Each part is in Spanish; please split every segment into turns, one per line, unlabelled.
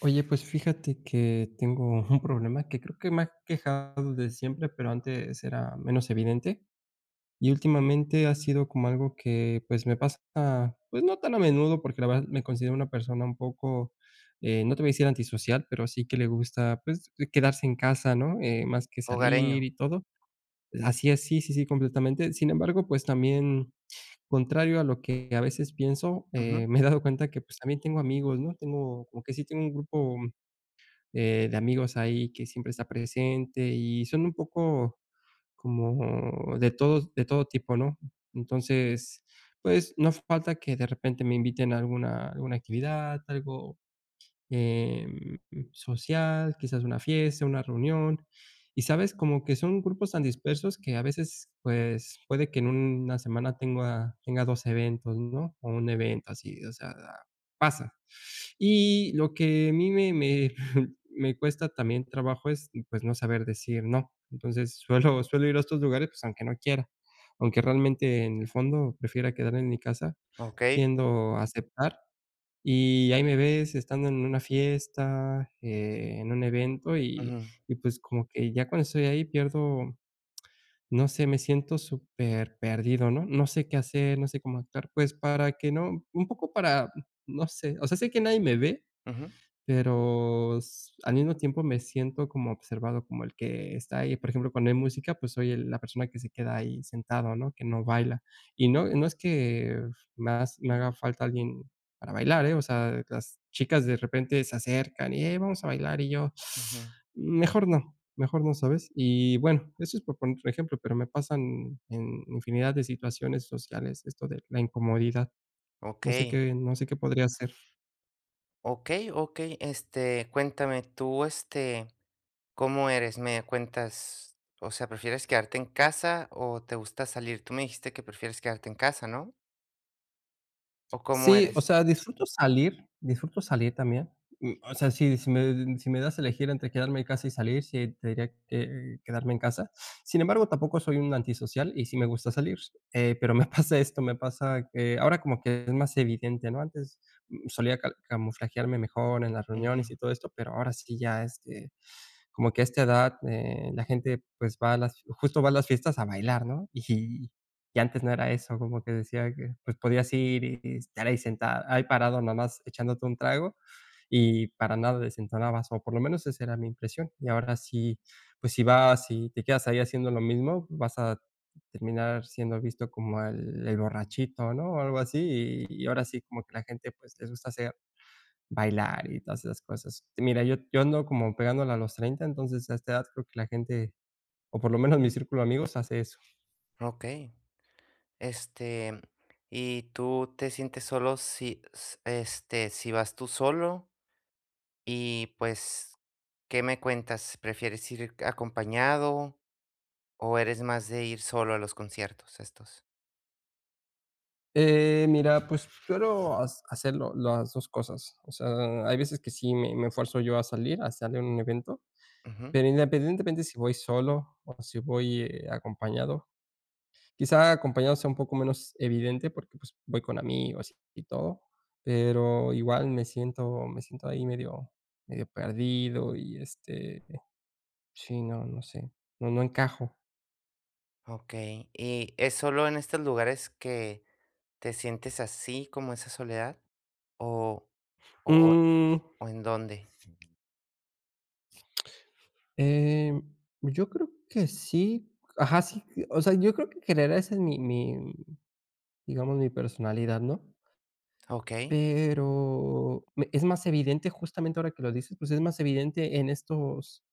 Oye, pues fíjate que tengo un problema que creo que me ha quejado de siempre, pero antes era menos evidente. Y últimamente ha sido como algo que pues me pasa, pues no tan a menudo, porque la verdad me considero una persona un poco, no te voy a decir antisocial, pero sí que le gusta pues quedarse en casa, ¿no? Más que salir
Hogareño.
y todo. Así es, sí, sí, sí, completamente. Sin embargo, pues también, contrario a lo que a veces pienso,
Ujú,
me he dado cuenta que pues también tengo amigos, ¿no? Tengo como que sí tengo un grupo de amigos ahí que siempre está presente y son un poco como de todo tipo, ¿no? Entonces, pues no falta que de repente me inviten a alguna actividad, algo, em, social, quizás una fiesta, una reunión. Y sabes, como que son grupos tan dispersos que a veces, pues, puede que en una semana tenga dos eventos, ¿no? O un evento así, o sea, pasa. Y lo que a mí me, me cuesta también trabajo es, pues, no saber decir no. Entonces, suelo, suelo ir a estos lugares, pues, aunque no quiera. Aunque realmente en el fondo prefiera quedarme en mi casa,
okey.
tiendo a aceptar y ahí me ves estando en una fiesta, en un evento y
Ujú,
y, pues, como que ya cuando estoy ahí pierdo, no sé, me siento súper perdido, ¿no? No sé qué hacer, no sé cómo actuar, pues, para que no un poco para, no sé, o sea, sé que nadie me ve,
ujú,
pero s al mismo tiempo me siento como observado, como el que está ahí. Por ejemplo, cuando hay música, pues soy el la persona que se queda ahí sentado, ¿no? Que no baila. Y no es que más me haga falta alguien para bailar, ¿eh? O sea, las chicas de repente se acercan y: "Hey, vamos a bailar", y yo:
ujú.
Mejor no", ¿sabes? Y bueno, eso es por poner un ejemplo, pero me pasan en infinidad de situaciones sociales esto de la incomodidad.
Okey,
No sé qué podría hacer.
okey, okey. Este, cuéntame, tú, este, ¿cómo eres? Me cuentas, o sea, ¿prefieres quedarte en casa o te gusta salir? Tú me dijiste que prefieres quedarte en casa, ¿no? ¿O cómo
Sí, o
eres?
sea, disfruto salir también. O sea, si me das a elegir entre quedarme en casa y salir, sí, te diría que quedarme en casa. Sin embargo, tampoco soy un antisocial y sí me gusta salir, pero me pasa esto, me pasa que ahora como que es más evidente, ¿no? Antes, solía ca camuflajearme mejor en las
Ujú,
reuniones y todo esto, pero ahora sí ya, este, como que a esta edad, la gente, pues, va a las fiestas a bailar, ¿no? Y antes no era eso, como que decía que, pues, podías ir y estar ahí sentado ahí parado nada más echándote un trago y para nada desentonabas, o por lo menos esa era mi impresión. Y ahora sí, pues, si vas y te quedas ahí haciendo lo mismo, vas a terminar siendo visto como el borrachito, ¿no? O algo así, y ahora sí como que la gente, pues, les gusta hacer bailar y todas esas cosas. Mira, yo ando como pegándola a los 30, entonces, a esta edad creo que la gente, o por lo menos mi círculo de amigos, hace eso.
okey. Este, ¿y tú te sientes solo si s este, si vas tú solo? Y, pues, ¿qué me cuentas? ¿Prefieres ir acompañado? ¿O eres más de ir solo a los conciertos estos?
Mira, pues, quiero has hacerlo las 2 cosas. O sea, hay veces que sí me esfuerzo yo a salir, a salir a un evento,
Ujú,
pero independientemente si voy solo o si voy, acompañado. Quizá acompañado sea un poco menos evidente porque, pues, voy con amigos y todo, pero igual me siento ahí medio medio perdido y, este, sí, no, no sé, no encajo.
okey, ¿y es solo en estos lugares que te sientes así, como esa soledad? ¿O o
Mm,
o en dónde?
em, yo creo que sí. Ajá, sí, o sea, yo creo que querer esa es mi, digamos, mi personalidad, ¿no?
Okey,
Pero me es más evidente, justamente ahora que lo dices, pues, es más evidente en estos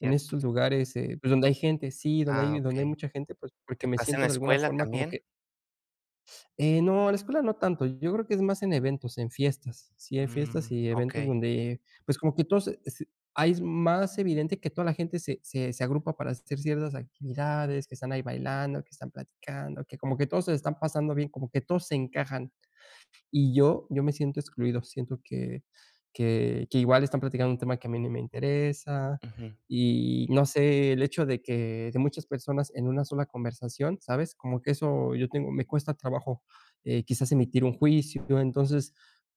en estos lugares, pues, donde hay gente, sí,
ah,
donde hay
okey,
mucha gente, pues, porque
¿te
me
pasa en
siento
la
de alguna
escuela
forma como que.
también?
No, en la escuela no tanto, yo creo que es más en eventos, en fiestas. Sí, hay fiestas
Mm,
y eventos
okey,
donde, pues, como que todos, s ahí es más evidente que toda la gente se agrupa para hacer ciertas actividades, que están ahí bailando, que están platicando, que como que todos se están pasando bien, como que todos se encajan. Y yo me siento excluido, siento que igual están platicando un tema que a mí ni me interesa,
ujú,
y no sé, el hecho de que de muchas personas en una sola conversación, ¿sabes? Como que eso yo tengo me cuesta trabajo, quizás emitir un juicio, entonces,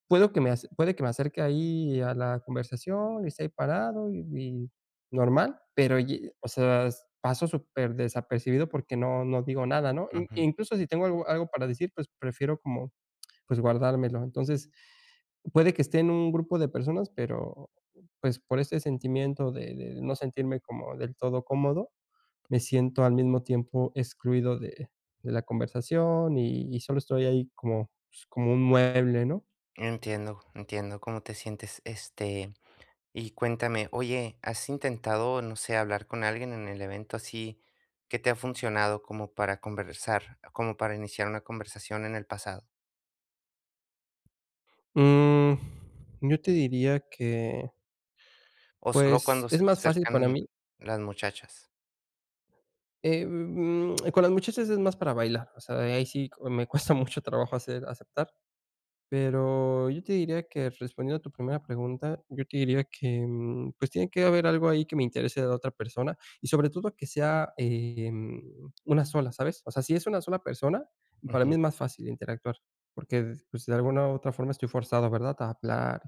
puedo que me ace puede que me acerque ahí a la conversación y esté ahí parado y normal, pero ye o sea, paso súper desapercibido porque no digo nada, ¿no? In
ujú,
Incluso si tengo algo para decir, pues prefiero como pues guardármelo. Entonces, puede que esté en un grupo de personas, pero pues por este sentimiento de no sentirme como del todo cómodo, me siento al mismo tiempo excluido de la conversación y solo estoy ahí como, pues, como un mueble, ¿no?
entiendo, entiendo cómo te sientes, este. Y cuéntame, oye, ¿has intentado, no sé, hablar con alguien en el evento así que te ha funcionado como para conversar, como para iniciar una conversación en el pasado?
Mm, yo te diría que,
¿O solo
pues,
cuando se
es
te
más fácil para
acercan
mí,
las muchachas?
con las muchachas es más para bailar, o sea, ahí sí me cuesta mucho trabajo hacer aceptar. Pero yo te diría que, respondiendo a tu primera pregunta, yo te diría que, pues, tiene que haber algo ahí que me interese de la otra persona y, sobre todo, que sea, una sola, ¿sabes? O sea, si es una sola persona, para mí
Ujú.
es más fácil interactuar, porque, pues, de alguna u otra forma estoy forzado, ¿verdad?, a hablar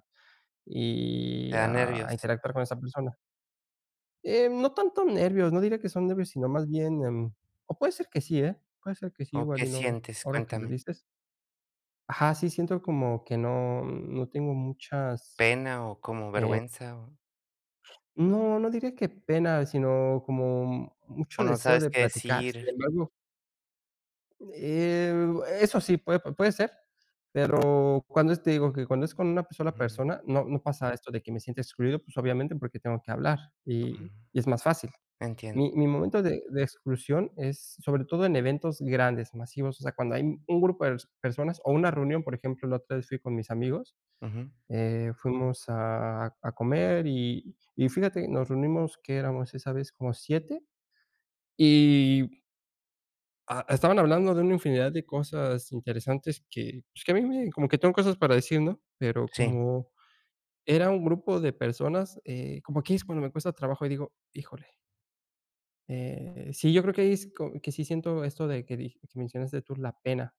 y
¿Te da
a
nervios?
a interactuar con esa persona. No tanto nervios, no diría que son nervios, sino más bien, o puede ser que sí, ¿eh? Puede ser que sí,
¿O
igual
qué
y no, no,
sientes?
ahora que lo
Cuéntame.
dices. Ajá, sí, siento como que no tengo muchas
¿Pena o como vergüenza? ¿O,
no, no diría que pena, sino como mucho
¿o no
deseo
sabes
de
qué
platicar. Sin
decir?
embargo, eh, eso sí, puede ser, pero cuando es te digo que cuando es con una sola
Ujú,
persona, no pasa esto de que me sienta excluido, pues, obviamente, porque tengo que hablar
ujú.
y es más fácil.
Entiendo.
Mi momento de exclusión es, sobre todo, en eventos grandes, masivos, o sea, cuando hay un grupo de personas o una reunión, por ejemplo, la otra vez fui con mis amigos.
Ujú.
Fuimos a comer y fíjate, nos reunimos, ¿que éramos esa vez? Como 7 y a estaban hablando de una infinidad de cosas interesantes que, pues, que a mí me como que tengo cosas para decir, ¿no? Pero
Sí,
como era un grupo de personas, como que es cuando me cuesta trabajo y digo: "Híjole". Sí, yo creo que ahí es co que sí siento esto de que dij que mencionaste tú, la pena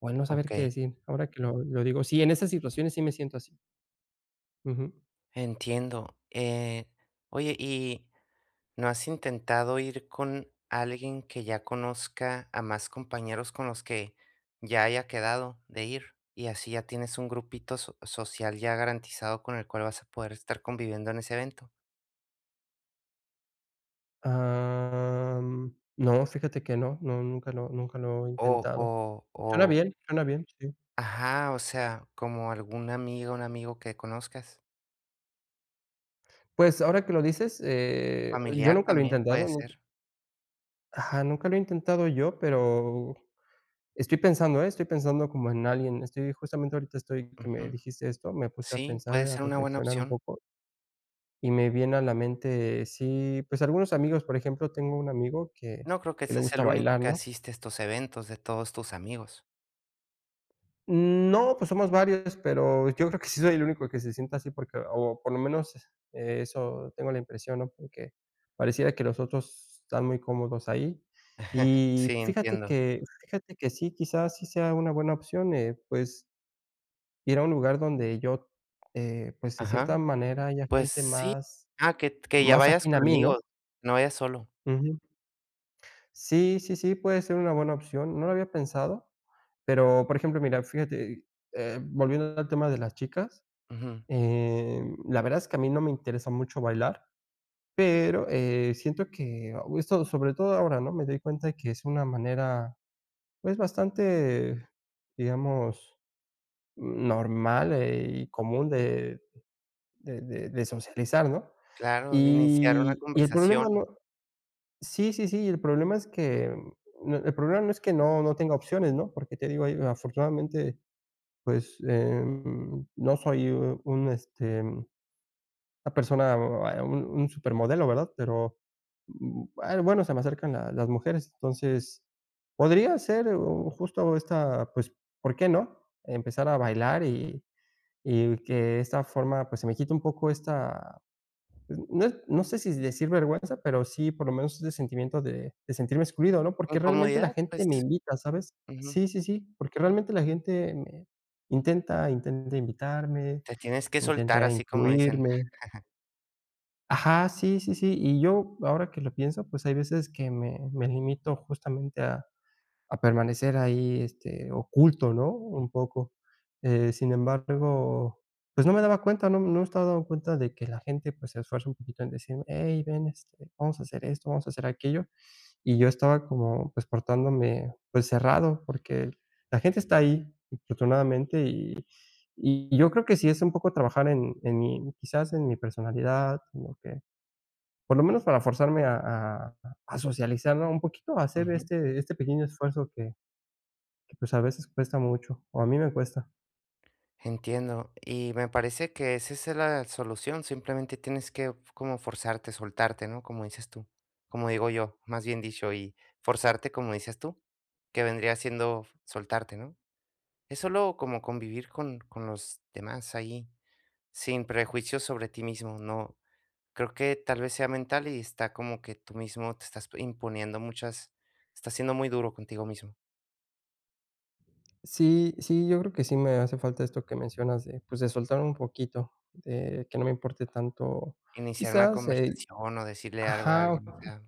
o el no saber
ok.
qué decir. Ahora que lo digo, sí, en esas situaciones sí me siento así. Ujú.
Entiendo. Oye, y... ¿No has intentado ir con alguien que ya conozca a más compañeros con los que ya haya quedado de ir? Y así ya tienes un grupito social ya garantizado con el cual vas a poder estar conviviendo en ese evento.
No, fíjate que no, no, nunca lo he
O, o,
intentado.
o,
Suena bien, sí.
ajá, o sea, como algún amigo, un amigo que conozcas.
Pues, ahora que lo dices, yo
Familiar
nunca lo he
también
intentado,
puede
nunca,
ser.
ajá, nunca lo he intentado yo, pero estoy pensando, ¿eh? Estoy pensando como en alguien. Estoy justamente ahorita estoy que me
Ujú.
dijiste esto, me puse a
Sí,
pensar,
puede
a
ser una buena
reflexionar un
opción.
poco, y me viene a la mente, sí, pues, algunos amigos, por ejemplo, tengo un amigo que
No creo que
que le
seas
gusta
el único
bailar,
que
¿no?
asiste a estos eventos de todos tus amigos.
No, pues somos varios, pero yo creo que sí soy el único que se sienta así porque o por lo menos, eso tengo la impresión, ¿no? Porque pareciera que los otros están muy cómodos ahí.
Sí,
Y
entiendo.
fíjate que sí, quizás sí sea una buena opción, pues, ir a un lugar donde yo, pues, de
Ajá.
cierta manera haya
Pues
gente
sí, ah, que ya
más
vayas
afín a
con
mí, ¿no?
amigos, no vayas solo.
Ujú. Sí, sí, sí, puede ser una buena opción. No lo había pensado, pero, por ejemplo, mira, fíjate, volviendo al tema de las chicas.
Ujú.
La verdad es que a mí no me interesa mucho bailar, pero, siento que oh, esto, sobre todo ahora, ¿no? Me doy cuenta de que es una manera, pues, bastante, digamos, normal, y común de socializar, ¿no?
Claro, de iniciar una
Y el problema
conversación.
no sí, sí, sí, el problema es que,
Ujú.
no, el problema no es que no tenga opciones, ¿no? Porque te digo, ahí afortunadamente, pues, no soy un, este, una persona, un supermodelo, ¿verdad? Pero, ah, bueno, se me acercan la las mujeres, entonces, podría ser, o justo esta, pues, ¿por qué no? Empezar a bailar y que de esta forma, pues, se me quite un poco esta, pues, no sé si decir vergüenza, pero sí, por lo menos, ese sentimiento de sentirme excluido, ¿no? Porque realmente la
Incomodidad,
gente
pues,
me invita, ¿sabes?
ujú.
Sí, sí, sí, porque realmente la gente me intenta invitarme,
Te tienes que soltar,
intenta
así como dicen.
incluirme. Ajá, sí, sí, sí. Y yo, ahora que lo pienso, pues, hay veces que me limito justamente a permanecer ahí, este, oculto, ¿no? Un poco. Sin embargo, pues, no me daba cuenta, no me estaba dando cuenta de que la gente, pues, se esfuerza un poquito en decirme: "Hey, ven, este, vamos a hacer esto, vamos a hacer aquello". Y yo estaba como, pues, portándome, pues, cerrado, porque la gente está ahí, afortunadamente, y yo creo que sí es un poco trabajar en mi quizás en mi personalidad, en lo que por lo menos para forzarme a a socializar, ¿no? Un poquito a hacer
Ujú.
este pequeño esfuerzo que, pues, a veces cuesta mucho, o a mí me cuesta.
Entiendo. Y me parece que esa es la solución, simplemente tienes que como forzarte, soltarte, ¿no? Como dices tú, como digo yo, más bien dicho, y forzarte, como dices tú, que vendría siendo soltarte, ¿no? Es solo como convivir con los demás ahí. Sin prejuicios sobre ti mismo, no. Creo que tal vez sea mental y está como que tú mismo te estás imponiendo muchas, estás siendo muy duro contigo mismo.
Sí, sí, yo creo que sí me hace falta esto que mencionas de, pues, de soltar un poquito, de que no me importe tanto,
Iniciar una
quizás,
conversación o decirle algo a
ajá,
alguien, o sea,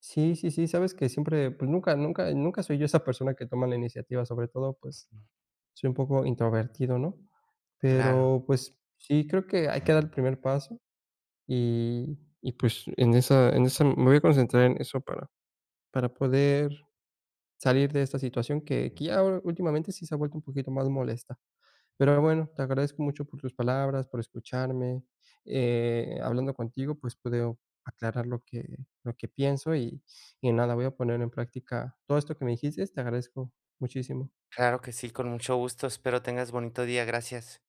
sí, sí, sí, sabes que siempre, pues, nunca soy yo esa persona que toma la iniciativa, sobre todo, pues,
mm,
soy un poco introvertido, ¿no?
claro,
Pero, pues, sí, creo que hay que dar el primer paso. Y y pues en esa me voy a concentrar en eso para poder salir de esta situación que ya ahora últimamente sí se ha vuelto un poquito más molesta. Pero bueno, te agradezco mucho por tus palabras, por escucharme. Hablando contigo, pues pude aclarar lo que pienso y nada, voy a poner en práctica todo esto que me dijiste. Te agradezco muchísimo.
claro que sí, con mucho gusto, espero tengas bonito día, gracias.